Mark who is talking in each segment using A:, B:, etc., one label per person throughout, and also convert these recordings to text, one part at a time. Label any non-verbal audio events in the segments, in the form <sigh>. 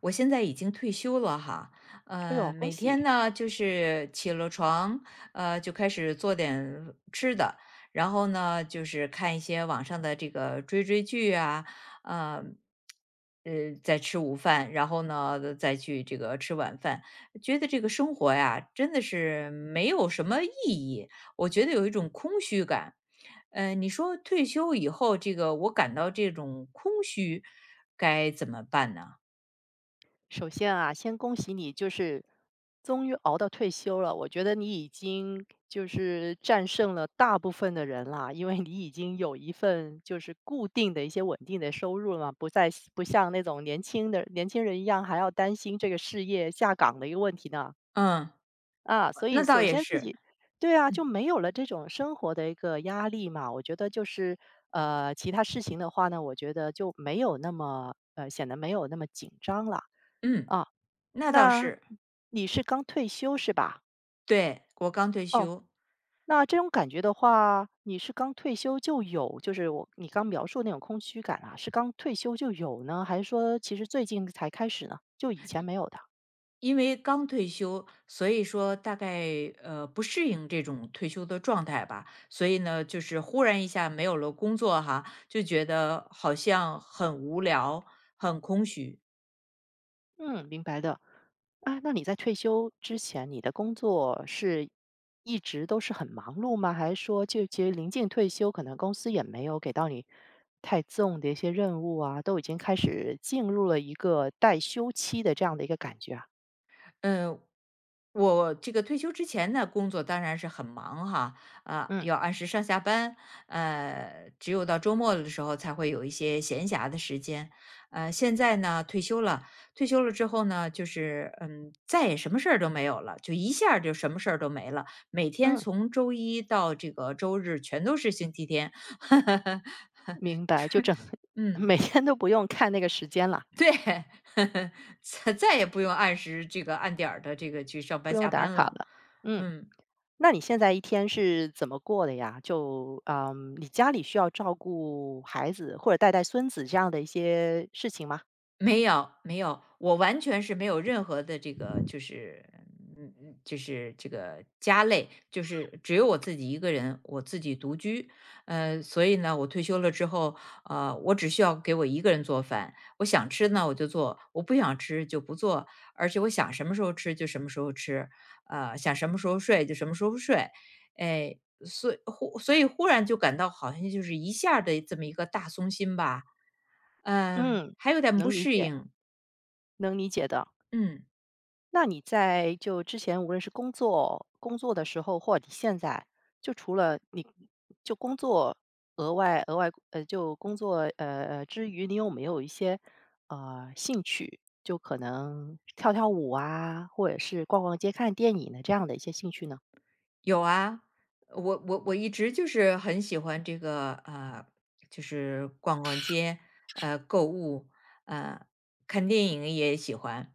A: 我现在已经退休了哈。
B: 哎呦，恭
A: 每天
B: 喜！
A: 呢就是起了床，就开始做点吃的，然后呢就是看一些网上的这个追剧啊。呃，再吃午饭，然后呢再去这个吃晚饭，觉得这个生活呀真的是没有什么意义，我觉得有一种空虚感。你说退休以后，这个我感到这种空虚，该怎么办呢？
B: 首先啊，先恭喜你，就是终于熬到退休了。我觉得你已经就是战胜了大部分的人啦，因为你已经有一份就是固定的一些稳定的收入了嘛，不再不像那种年轻人一样还要担心这个事业下岗的一个问题呢。
A: 嗯。
B: 啊，所以
A: 那倒
B: 首
A: 也
B: 先自
A: 是。
B: 己对啊，
A: 嗯。
B: 就没有了这种生活的一个压力嘛。我觉得就是其他事情的话呢，我觉得就没有那么显得没有那么紧张了。
A: 嗯，
B: 啊。
A: 那倒
B: 那
A: 是。
B: 你是刚退休是吧？
A: 对，我刚退
B: 哦，
A: 休，
B: 那这种感觉的话，你是刚退休就有，就是我你刚描述那种空虚感啊，是刚退休就有呢，还是说其实最近才开始呢？就以前没有的？
A: 因为刚退休，所以说大概不适应这种退休的状态吧，所以呢，就是忽然一下没有了工作哈，就觉得好像很无聊、很空虚。
B: 嗯，明白的。啊，那你在退休之前，你的工作是一直都是很忙碌吗？还是说就其实临近退休，可能公司也没有给到你太重的一些任务啊，都已经开始进入了一个待休期的这样的一个感觉啊？
A: 嗯，我这个退休之前呢，工作当然是很忙哈，啊，
B: 嗯
A: 要按时上下班，只有到周末的时候才会有一些闲暇的时间。现在呢，退休了，退休了之后呢，就是嗯，再也什么事儿都没有了，就一下儿就什么事儿都没了。每天
B: 嗯，
A: 从周一到这个周日，全都是星期天。<laughs>
B: 明白，就整 <laughs>
A: 嗯，
B: 每天都不用看那个时间了，
A: 对，<laughs> 再也不用按时这个按点儿的这个去上
B: 不
A: 班
B: 用
A: 下
B: 打
A: 班
B: 卡
A: 了。
B: 了。嗯，
A: 嗯。
B: 那你现在一天是怎么过的呀？就嗯，你家里需要照顾孩子或者带带孙子这样的一些事情吗？
A: 没有没有，我完全是没有任何的这个，就是嗯嗯，就是这个家累，就是只有我自己一个人，我自己独居。所以呢，我退休了之后，我只需要给我一个人做饭，我想吃呢我就做，我不想吃就不做，而且我想什么时候吃就什么时候吃，想什么时候睡就什么时候睡，哎，所以忽然就感到好像就是一下的这么一个大松心吧，嗯，
B: 嗯，
A: 还有点不
B: 能理
A: 适
B: 解，
A: 应。
B: 能理解的。
A: 嗯，
B: 那你在就之前无论是工作的时候，或者你现在，就除了你就工作额外就工作之余，你有没有一些兴趣？就可能跳跳舞啊，或者是逛逛街、看电影的这样的一些兴趣呢？
A: 有啊，我一直就是很喜欢这个就是逛逛街，购物，呃，看电影也喜欢。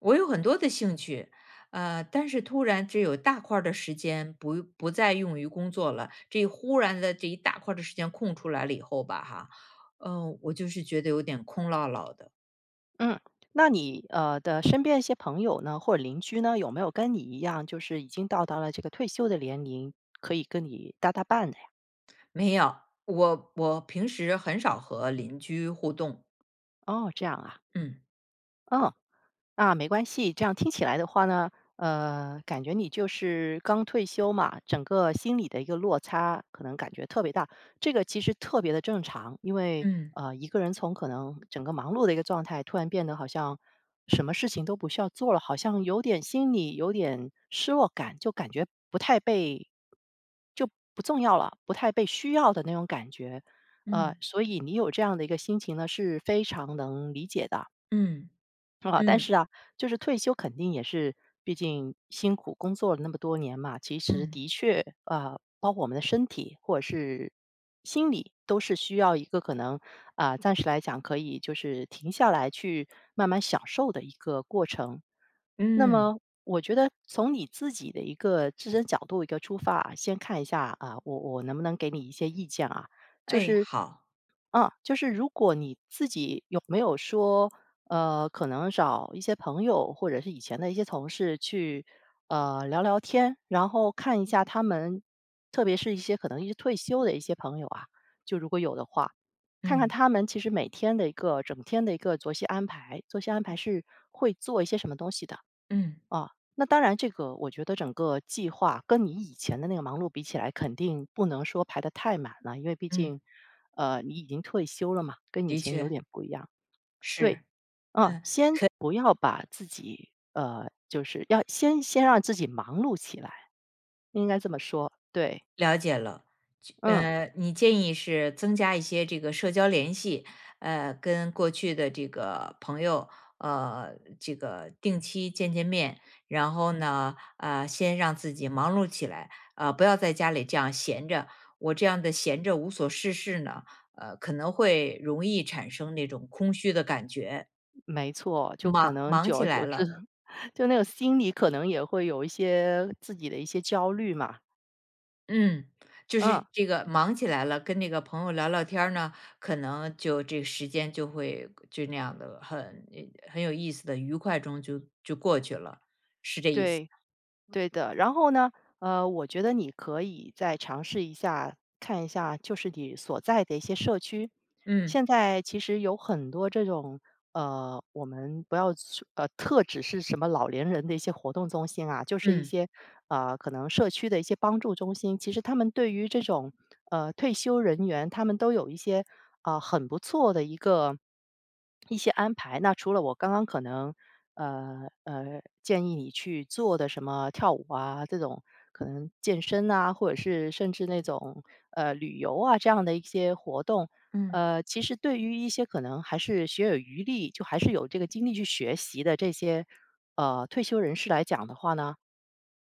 A: 我有很多的兴趣，但是突然这有大块儿的时间不再用于工作了，这一忽然的这一大块儿的时间空出来了以后吧，哈，我就是觉得有点空落落的。
B: 嗯，那你的身边一些朋友呢，或者邻居呢，有没有跟你一样，就是已经到达了这个退休的年龄，可以跟你搭搭伴的呀？
A: 没有，我平时很少和邻居互动。
B: 哦，这样啊，
A: 嗯
B: 嗯。啊，没关系，这样听起来的话呢，感觉你就是刚退休嘛，整个心理的一个落差可能感觉特别大，这个其实特别的正常，因为
A: 嗯
B: 一个人从可能整个忙碌的一个状态，突然变得好像什么事情都不需要做了，好像有点心里有点失落感，就感觉不太被就不重要了，不太被需要的那种感觉，
A: 嗯
B: 所以你有这样的一个心情呢，是非常能理解的。
A: 嗯
B: 啊，但
A: 嗯
B: 是啊，就是退休肯定也是，毕竟辛苦工作了那么多年嘛，其实
A: 嗯
B: 的确啊、包括我们的身体或者是心理，都是需要一个可能啊、暂时来讲可以就是停下来去慢慢享受的一个过程。那
A: 嗯。
B: 么，我觉得从你自己的一个自身角度一个出发啊，先看一下啊，我能不能给你一些意见啊？就
A: 哎，
B: 是，
A: 好。
B: 啊，就是如果你自己有没有说可能找一些朋友或者是以前的一些同事去，聊聊天，然后看一下他们，特别是一些可能一些退休的一些朋友啊，就如果有的话，看看
A: 嗯
B: 他们其实每天的一个整天的一个作息安排，作息安排是会做一些什么东西的
A: 嗯
B: 啊。那当然，这个我觉得整个计划跟你以前的那个忙碌比起来，肯定不能说排得太满了，因为毕
A: 嗯。
B: 竟，你已经退休了嘛，跟以
A: 的
B: 前有
A: 确
B: 点不一样。对，
A: 是。
B: 嗯，
A: 嗯。
B: 先不要把自己，就是要先让自己忙碌起来，应该这么说，对，
A: 了解了，就
B: 嗯，
A: 你建议是增加一些这个社交联系，跟过去的这个朋友，这个定期见见面，然后呢，先让自己忙碌起来，不要在家里这样闲着。我这样的闲着无所事事呢，可能会容易产生那种空虚的感觉，
B: 没错，就可能
A: 忙
B: 久
A: 起
B: 而久
A: 来
B: 之，
A: 了，
B: <laughs> 就那个心里可能也会有一些自己的一些焦虑嘛，
A: 嗯，就是
B: 嗯，
A: 这个忙起来了，跟那个朋友聊聊天儿呢，可能就这时间就会就那样的很有意思的愉快中就过去了，是这意思。
B: 对。对的，然后呢，我觉得你可以再尝试一下，看一下就是你所在的一些社区，
A: 嗯
B: 现在其实有很多这种，我们不要说特指是什么老年人的一些活动中心啊，就是一
A: 嗯
B: 些，可能社区的一些帮助中心，其实他们对于这种，退休人员，他们都有一些，啊、很不错的一个。一些安排。那除了我刚刚可能，建议你去做的什么跳舞啊，这种可能健身啊，或者是甚至那种旅游啊这样的一些活动，
A: 嗯。
B: 其实对于一些可能还是学有余力，就还是有这个精力去学习的这些退休人士来讲的话呢，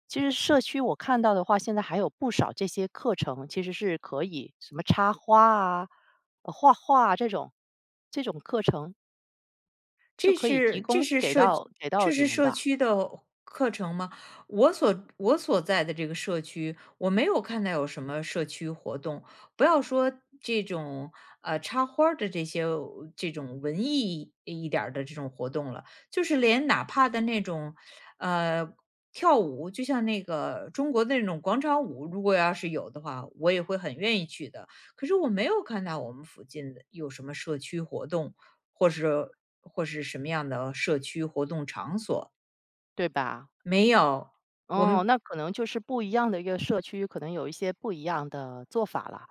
B: 其实社区我看到的话，现在还有不少这些课程，其实是可以什么插花啊、画画啊这种这种课程，就
A: 这
B: 可以提
A: 是这
B: 供
A: 是
B: 给
A: 社区
B: 到给到
A: 这
B: 你
A: 是
B: 们
A: 社
B: 的，
A: 区的课程吗？我所在的这个社区，我没有看到有什么社区活动。不要说这种插花儿的这些这种文艺一点儿的这种活动了，就是连哪怕的那种呃跳舞，就像那个中国的那种广场舞，如果要是有的话，我也会很愿意去的。可是我没有看到我们附近的有什么社区活动，或是或是什么样的社区活动场所。
B: 对吧？
A: 没有，我
B: 哦，
A: 们
B: 那可能就是不一样的一个社区，可能有一些不一样的做法了。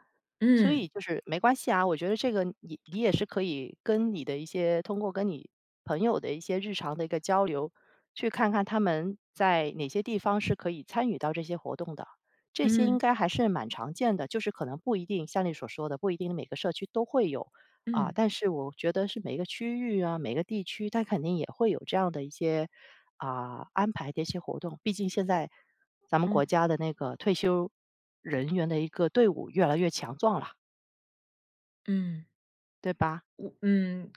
B: 所以
A: 嗯，
B: 就是没关系啊，我觉得这个你也是可以跟你的一些通过跟你朋友的一些日常的一个交流，去看看他们在哪些地方是可以参与到这些活动的。这些应
A: 嗯，
B: 该还是蛮常见的，就是可能不一定像你所说的，不一定每个社区都会有啊，
A: 嗯，
B: 但是我觉得是每个区域啊，每个地区，它肯定也会有这样的一些啊安排的一些活动。毕竟现在咱们
A: 嗯，
B: 国家的那个退休人员的一个队伍越来越强壮了。
A: 嗯，嗯
B: 对吧？
A: 我嗯，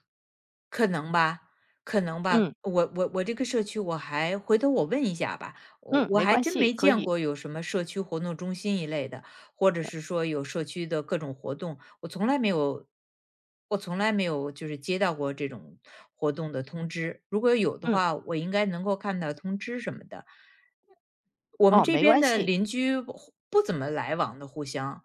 A: 可能吧，可能吧。
B: 嗯，
A: 我这个社区我还回头我问一下吧，我
B: 嗯，
A: 我
B: 没
A: 还
B: 关
A: 真
B: 系，
A: 没
B: 可
A: 见
B: 以，
A: 过有什么社区活动中心一类的，或者是说有社区的各种活动，我从来没有就是接到过这种活动的通知。如果有的
B: 嗯，
A: 话，我应该能够看到通知什么的。我们
B: 哦，
A: 这
B: 没
A: 边
B: 关
A: 的
B: 系，
A: 邻居不怎么来往的互相，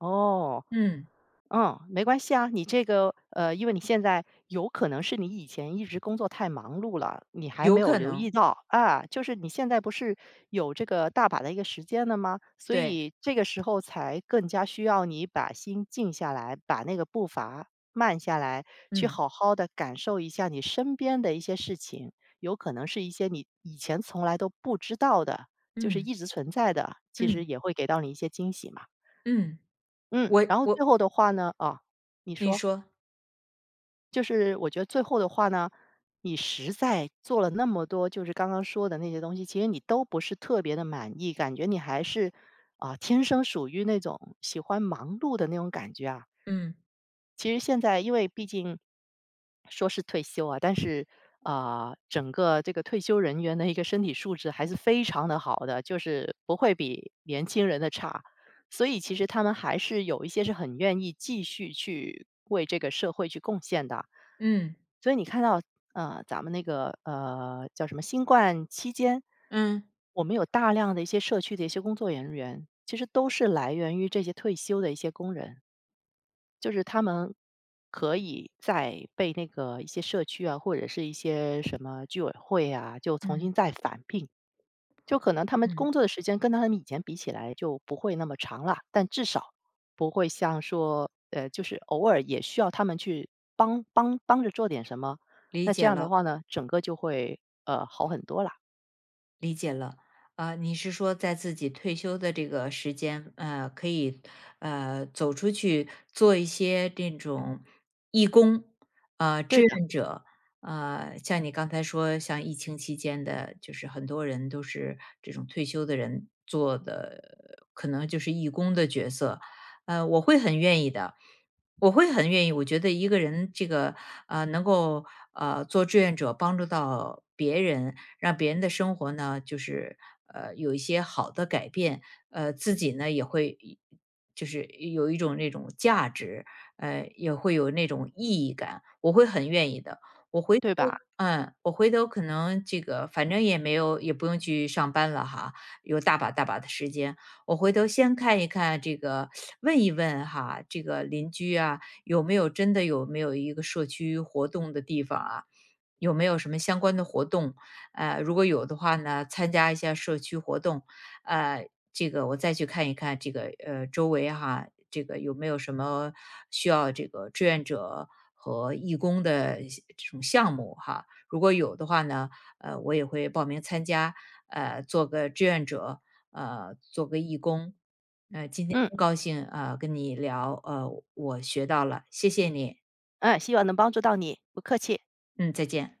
B: 哦，
A: 嗯，
B: 嗯，没关系啊，你这个因为你现在有可能是你以前一直工作太忙碌了，你还
A: 有
B: 没有
A: 可
B: 留意
A: 能，
B: 到啊，就是你现在不是有这个大把的一个时间了吗？所
A: 对，
B: 以这个时候才更加需要你把心静下来，把那个步伐慢下来，去
A: 嗯
B: 好好的感受一下你身边的一些事情，有可能是一些你以前从来都不知道的，就是
A: 嗯
B: 一直存在的，其实
A: 嗯
B: 也会给到你一些惊喜嘛。
A: 嗯，
B: 嗯，
A: 我
B: 然后
A: 我
B: 最后的话呢啊，你
A: 你
B: 说，
A: 说，
B: 就是我觉得最后的话呢，你实在做了那么多，就是刚刚说的那些东西，其实你都不是特别的满意，感觉你还是啊、天生属于那种喜欢忙碌的那种感觉啊。
A: 嗯
B: 其实现在因为毕竟说是退休啊，但是啊、整个这个退休人员的一个身体素质还是非常的好的，就是不会比年轻人的差。所以其实他们还是有一些是很愿意继续去为这个社会去贡献的。
A: 嗯
B: 所以你看到咱们那个叫什么新冠期间，
A: 嗯，
B: 我们有大量的一些社区的一些工作人员，其实都是来源于这些退休的一些工人。就是他们可以再被那个一些社区啊，或者是一些什么居委会啊，就重
A: 嗯
B: 新再返聘。就可能他们
A: 嗯，
B: 工作的时间跟他们以前比起来就不会那么长了，但至少不会像说，就是偶尔也需要他们去帮着做点什么。
A: 理
B: 那这
A: 解
B: 样的
A: 了。
B: 话呢，整个就会好很多啦。
A: 理解了，啊、你是说在自己退休的这个时间，可以走出去做一些这种义工，
B: 对
A: 志
B: 的，
A: 愿者，像你刚才说，像疫情期间的，就是很多人都是这种退休的人做的，可能就是义工的角色，我会很愿意的。我会很愿意，我觉得一个人这个能够做志愿者帮助到别人，让别人的生活呢，就是有一些好的改变，自己呢也会一就是有一种那种价值，也会有那种意义感，我会很愿意的。我回
B: 对
A: 头
B: 吧？
A: 嗯，我回头可能这个反正也没有，也不用去上班了哈，有大把大把的时间，我回头先看一看这个，问一问哈，这个邻居啊，有没有一个社区活动的地方啊？有没有什么相关的活动？如果有的话呢，参加一下社区活动。呃，这个我再去看一看这个周围哈，这个有没有什么需要这个志愿者和义工的一些这种项目哈。如果有的话呢，我也会报名参加，做个志愿者，做个义工。今天
B: 嗯
A: 很高兴跟你聊，我学到了，谢谢你，
B: 嗯，希望能帮助到你，不客气。
A: 嗯，再见。